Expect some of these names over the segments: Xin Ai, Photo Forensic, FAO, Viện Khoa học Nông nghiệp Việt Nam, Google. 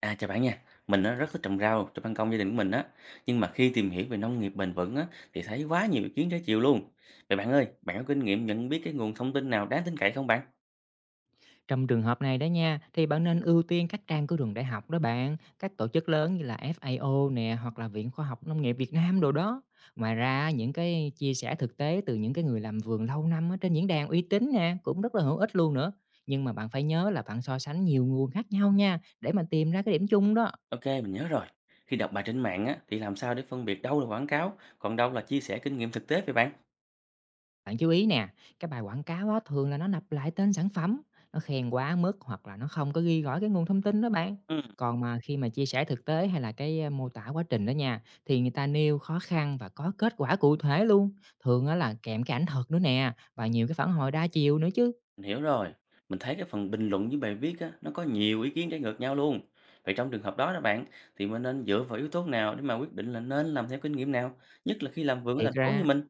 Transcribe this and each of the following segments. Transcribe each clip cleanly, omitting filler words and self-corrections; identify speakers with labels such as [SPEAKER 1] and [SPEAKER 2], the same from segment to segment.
[SPEAKER 1] À, chào bạn nha. Mình á, rất thích trồng rau cho ban công gia đình của mình á. Nhưng mà khi tìm hiểu về nông nghiệp bền vững á, thì thấy quá nhiều ý kiến trái chiều luôn. Vậy bạn ơi, bạn có kinh nghiệm nhận biết cái nguồn thông tin nào đáng tin cậy không bạn?
[SPEAKER 2] Trong trường hợp này đó nha, thì bạn nên ưu tiên các trang của trường đại học đó bạn, các tổ chức lớn như là FAO nè, hoặc là Viện Khoa học Nông nghiệp Việt Nam đồ đó. Ngoài ra, những cái chia sẻ thực tế từ những cái người làm vườn lâu năm ở trên diễn đàn uy tín nè cũng rất là hữu ích luôn nữa. Nhưng mà bạn phải nhớ là bạn so sánh nhiều nguồn khác nhau nha, để mà tìm ra cái điểm chung đó.
[SPEAKER 1] Ok, mình nhớ rồi. Khi đọc bài trên mạng á, thì làm sao để phân biệt đâu là quảng cáo, còn đâu là chia sẻ kinh nghiệm thực tế vậy bạn?
[SPEAKER 2] Bạn chú ý nè, cái bài quảng cáo á, thường là nó lặp lại tên sản phẩm, nó khen quá mức, hoặc là nó không có ghi rõ cái nguồn thông tin đó bạn.
[SPEAKER 1] Ừ,
[SPEAKER 2] Còn mà khi mà chia sẻ thực tế, hay là cái mô tả quá trình đó nha, thì người ta nêu khó khăn và có kết quả cụ thể luôn. Thường á là kèm cái ảnh thật nữa nè, và nhiều cái phản hồi đa chiều nữa chứ.
[SPEAKER 1] mình hiểu rồi. Mình thấy cái phần bình luận với bài viết á, nó có nhiều ý kiến trái ngược nhau luôn. Vậy trong trường hợp đó đó bạn, thì mình nên dựa vào yếu tố nào để mà quyết định là nên làm theo kinh nghiệm nào, nhất là khi làm vườn ở
[SPEAKER 2] Thiệt
[SPEAKER 1] thành phố như
[SPEAKER 2] ra
[SPEAKER 1] mình?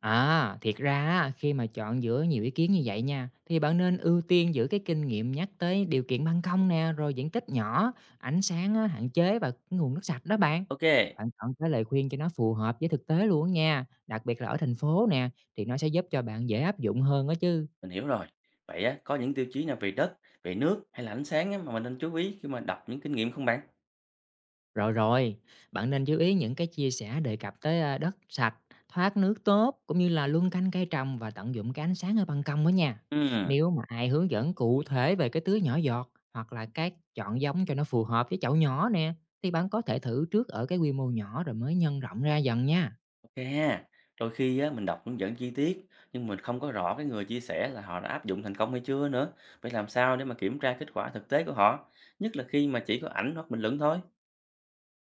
[SPEAKER 2] Thiệt ra á, khi mà chọn giữa nhiều ý kiến như vậy nha, thì bạn nên ưu tiên giữa cái kinh nghiệm nhắc tới điều kiện ban công nè, rồi diện tích nhỏ, ánh sáng á, hạn chế, và cái nguồn nước sạch đó bạn.
[SPEAKER 1] Ok.
[SPEAKER 2] Bạn chọn cái lời khuyên cho nó phù hợp với thực tế luôn á nha, đặc biệt là ở thành phố nè, thì nó sẽ giúp cho bạn dễ áp dụng hơn đó chứ.
[SPEAKER 1] Mình hiểu rồi. Vậy á, có những tiêu chí nào về đất, về nước hay là ánh sáng á, mà mình nên chú ý khi mà đọc những kinh nghiệm không bạn?
[SPEAKER 2] Rồi rồi, bạn nên chú ý những cái chia sẻ đề cập tới đất sạch, thoát nước tốt, cũng như là luân canh cây trồng và tận dụng cái ánh sáng ở ban công đó nha.
[SPEAKER 1] Ừm,
[SPEAKER 2] Nếu mà ai hướng dẫn cụ thể về cái tưới nhỏ giọt, hoặc là các chọn giống cho nó phù hợp với chậu nhỏ nè, thì bạn có thể thử trước ở cái quy mô nhỏ rồi mới nhân rộng ra dần nha.
[SPEAKER 1] ok ha. Đôi khi á, mình đọc hướng dẫn chi tiết nhưng mình không có rõ cái người chia sẻ là họ đã áp dụng thành công hay chưa nữa. Vậy làm sao để mà kiểm tra kết quả thực tế của họ? Nhất là khi mà chỉ có ảnh hoặc bình luận thôi.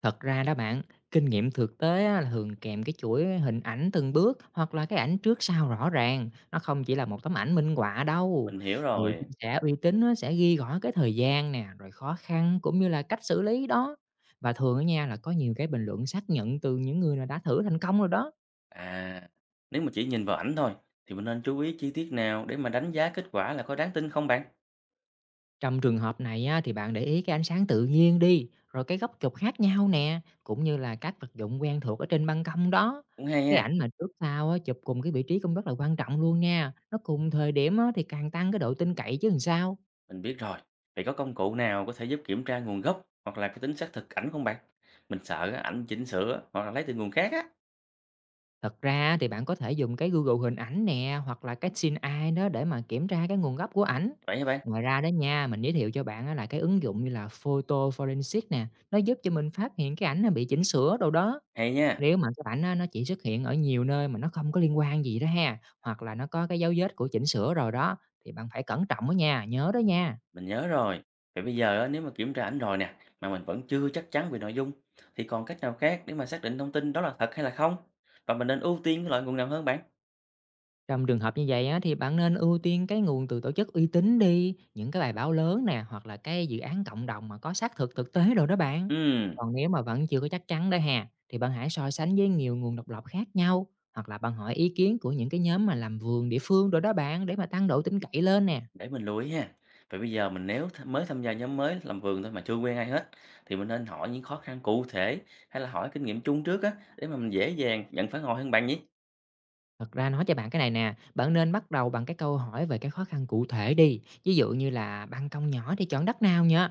[SPEAKER 2] Thật ra đó bạn, kinh nghiệm thực tế á là thường kèm cái chuỗi hình ảnh từng bước, hoặc là cái ảnh trước sau rõ ràng. Nó không chỉ là một tấm ảnh minh họa đâu.
[SPEAKER 1] Mình hiểu
[SPEAKER 2] Người chia
[SPEAKER 1] rồi.
[SPEAKER 2] sẻ uy tín á, sẽ ghi rõ cái thời gian nè, rồi khó khăn, cũng như là cách xử lý đó. Và thường ở nha là có nhiều cái bình luận xác nhận từ những người nào đã thử thành công rồi đó.
[SPEAKER 1] À, nếu mà chỉ nhìn vào ảnh thôi thì mình nên chú ý chi tiết nào để mà đánh giá kết quả là có đáng tin không bạn?
[SPEAKER 2] Trong trường hợp này á, thì bạn để ý cái ánh sáng tự nhiên đi, rồi cái góc chụp khác nhau nè, cũng như là các vật dụng quen thuộc ở trên ban công đó.
[SPEAKER 1] Cũng hay
[SPEAKER 2] Cái
[SPEAKER 1] ha.
[SPEAKER 2] ảnh mà trước sau á, chụp cùng cái vị trí cũng rất là quan trọng luôn nha. Nó cùng thời điểm á, thì càng tăng cái độ tin cậy chứ làm sao.
[SPEAKER 1] Mình biết rồi. Vậy có công cụ nào có thể giúp kiểm tra nguồn gốc hoặc là cái tính xác thực ảnh không bạn? Mình sợ á, ảnh chỉnh sửa hoặc là lấy từ nguồn khác á.
[SPEAKER 2] Thật ra thì bạn có thể dùng cái Google hình ảnh nè, hoặc là cái Xin Ai đó để mà kiểm tra cái nguồn gốc của ảnh.
[SPEAKER 1] Vậy hả bạn?
[SPEAKER 2] Ngoài ra đó nha, mình giới thiệu cho bạn á là cái ứng dụng như là Photo Forensic nè, nó giúp cho mình phát hiện cái ảnh nó bị chỉnh sửa đâu đó.
[SPEAKER 1] Hay nha,
[SPEAKER 2] Nếu mà cái bảnh á, nó chỉ xuất hiện ở nhiều nơi mà nó không có liên quan gì đó ha, hoặc là nó có cái dấu vết của chỉnh sửa rồi đó, thì bạn phải cẩn trọng đó nha, nhớ đó nha.
[SPEAKER 1] mình nhớ rồi. Vậy bây giờ á, nếu mà kiểm tra ảnh rồi nè, mà mình vẫn chưa chắc chắn về nội dung, thì còn cách nào khác để mà xác định thông tin đó là thật hay là không? Và mình nên ưu tiên cái loại nguồn nào hơn bạn?
[SPEAKER 2] Trong trường hợp như vậy á, thì bạn nên ưu tiên cái nguồn từ tổ chức uy tín đi, những cái bài báo lớn nè, hoặc là cái dự án cộng đồng mà có xác thực thực tế rồi đó bạn.
[SPEAKER 1] Ừm,
[SPEAKER 2] Còn nếu mà vẫn chưa có chắc chắn đó ha, thì bạn hãy so sánh với nhiều nguồn độc lập khác nhau, hoặc là bạn hỏi ý kiến của những cái nhóm mà làm vườn địa phương rồi đó bạn, để mà tăng độ tin cậy lên nè.
[SPEAKER 1] để mình lưu ý ha. Vậy bây giờ mình nếu mới tham gia nhóm mới làm vườn thôi mà chưa quen ai hết, thì mình nên hỏi những khó khăn cụ thể hay là hỏi kinh nghiệm chung trước á, để mà mình dễ dàng nhận phản hồi hơn bạn nhỉ?
[SPEAKER 2] Thật ra nói cho bạn cái này nè, bạn nên bắt đầu bằng cái câu hỏi về cái khó khăn cụ thể đi. Ví dụ như là ban công nhỏ thì chọn đất nào nhá?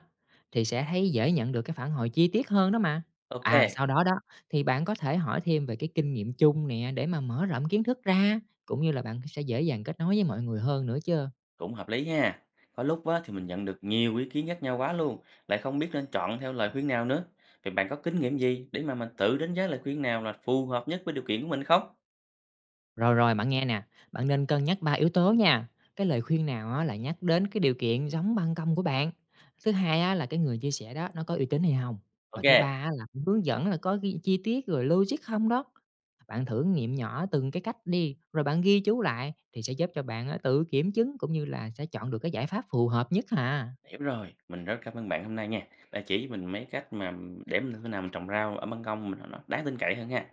[SPEAKER 2] Thì sẽ thấy dễ nhận được cái phản hồi chi tiết hơn đó mà. À,
[SPEAKER 1] OK,
[SPEAKER 2] sau đó đó thì bạn có thể hỏi thêm về cái kinh nghiệm chung nè, để mà mở rộng kiến thức ra, cũng như là bạn sẽ dễ dàng kết nối với mọi người hơn nữa chứ.
[SPEAKER 1] cũng hợp lý ha. Có lúc á, thì mình nhận được nhiều ý kiến khác nhau quá luôn, lại không biết nên chọn theo lời khuyên nào nữa. Vậy bạn có kinh nghiệm gì để mà mình tự đánh giá lời khuyên nào là phù hợp nhất với điều kiện của mình không?
[SPEAKER 2] Rồi, rồi, bạn nghe nè, bạn nên cân nhắc 3 yếu tố nha. Cái lời khuyên nào á là nhắc đến cái điều kiện giống ban công của bạn. Thứ hai á là cái người chia sẻ đó nó có uy tín hay không. Và thứ ba
[SPEAKER 1] OK,
[SPEAKER 2] á là hướng dẫn là có ghi chi tiết rồi logic không đó. Bạn thử nghiệm nhỏ từng cái cách đi, rồi bạn ghi chú lại thì sẽ giúp cho bạn á tự kiểm chứng, cũng như là sẽ chọn được cái giải pháp phù hợp nhất hà.
[SPEAKER 1] hiểu rồi. Mình rất cảm ơn bạn hôm nay nha. Đã chỉ cho mình mấy cách mà để mình thế nào mình trồng rau ở ban công mình nó đáng tin cậy hơn ha.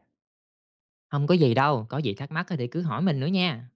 [SPEAKER 2] Không có gì đâu, có gì thắc mắc á thì cứ hỏi mình nữa nha.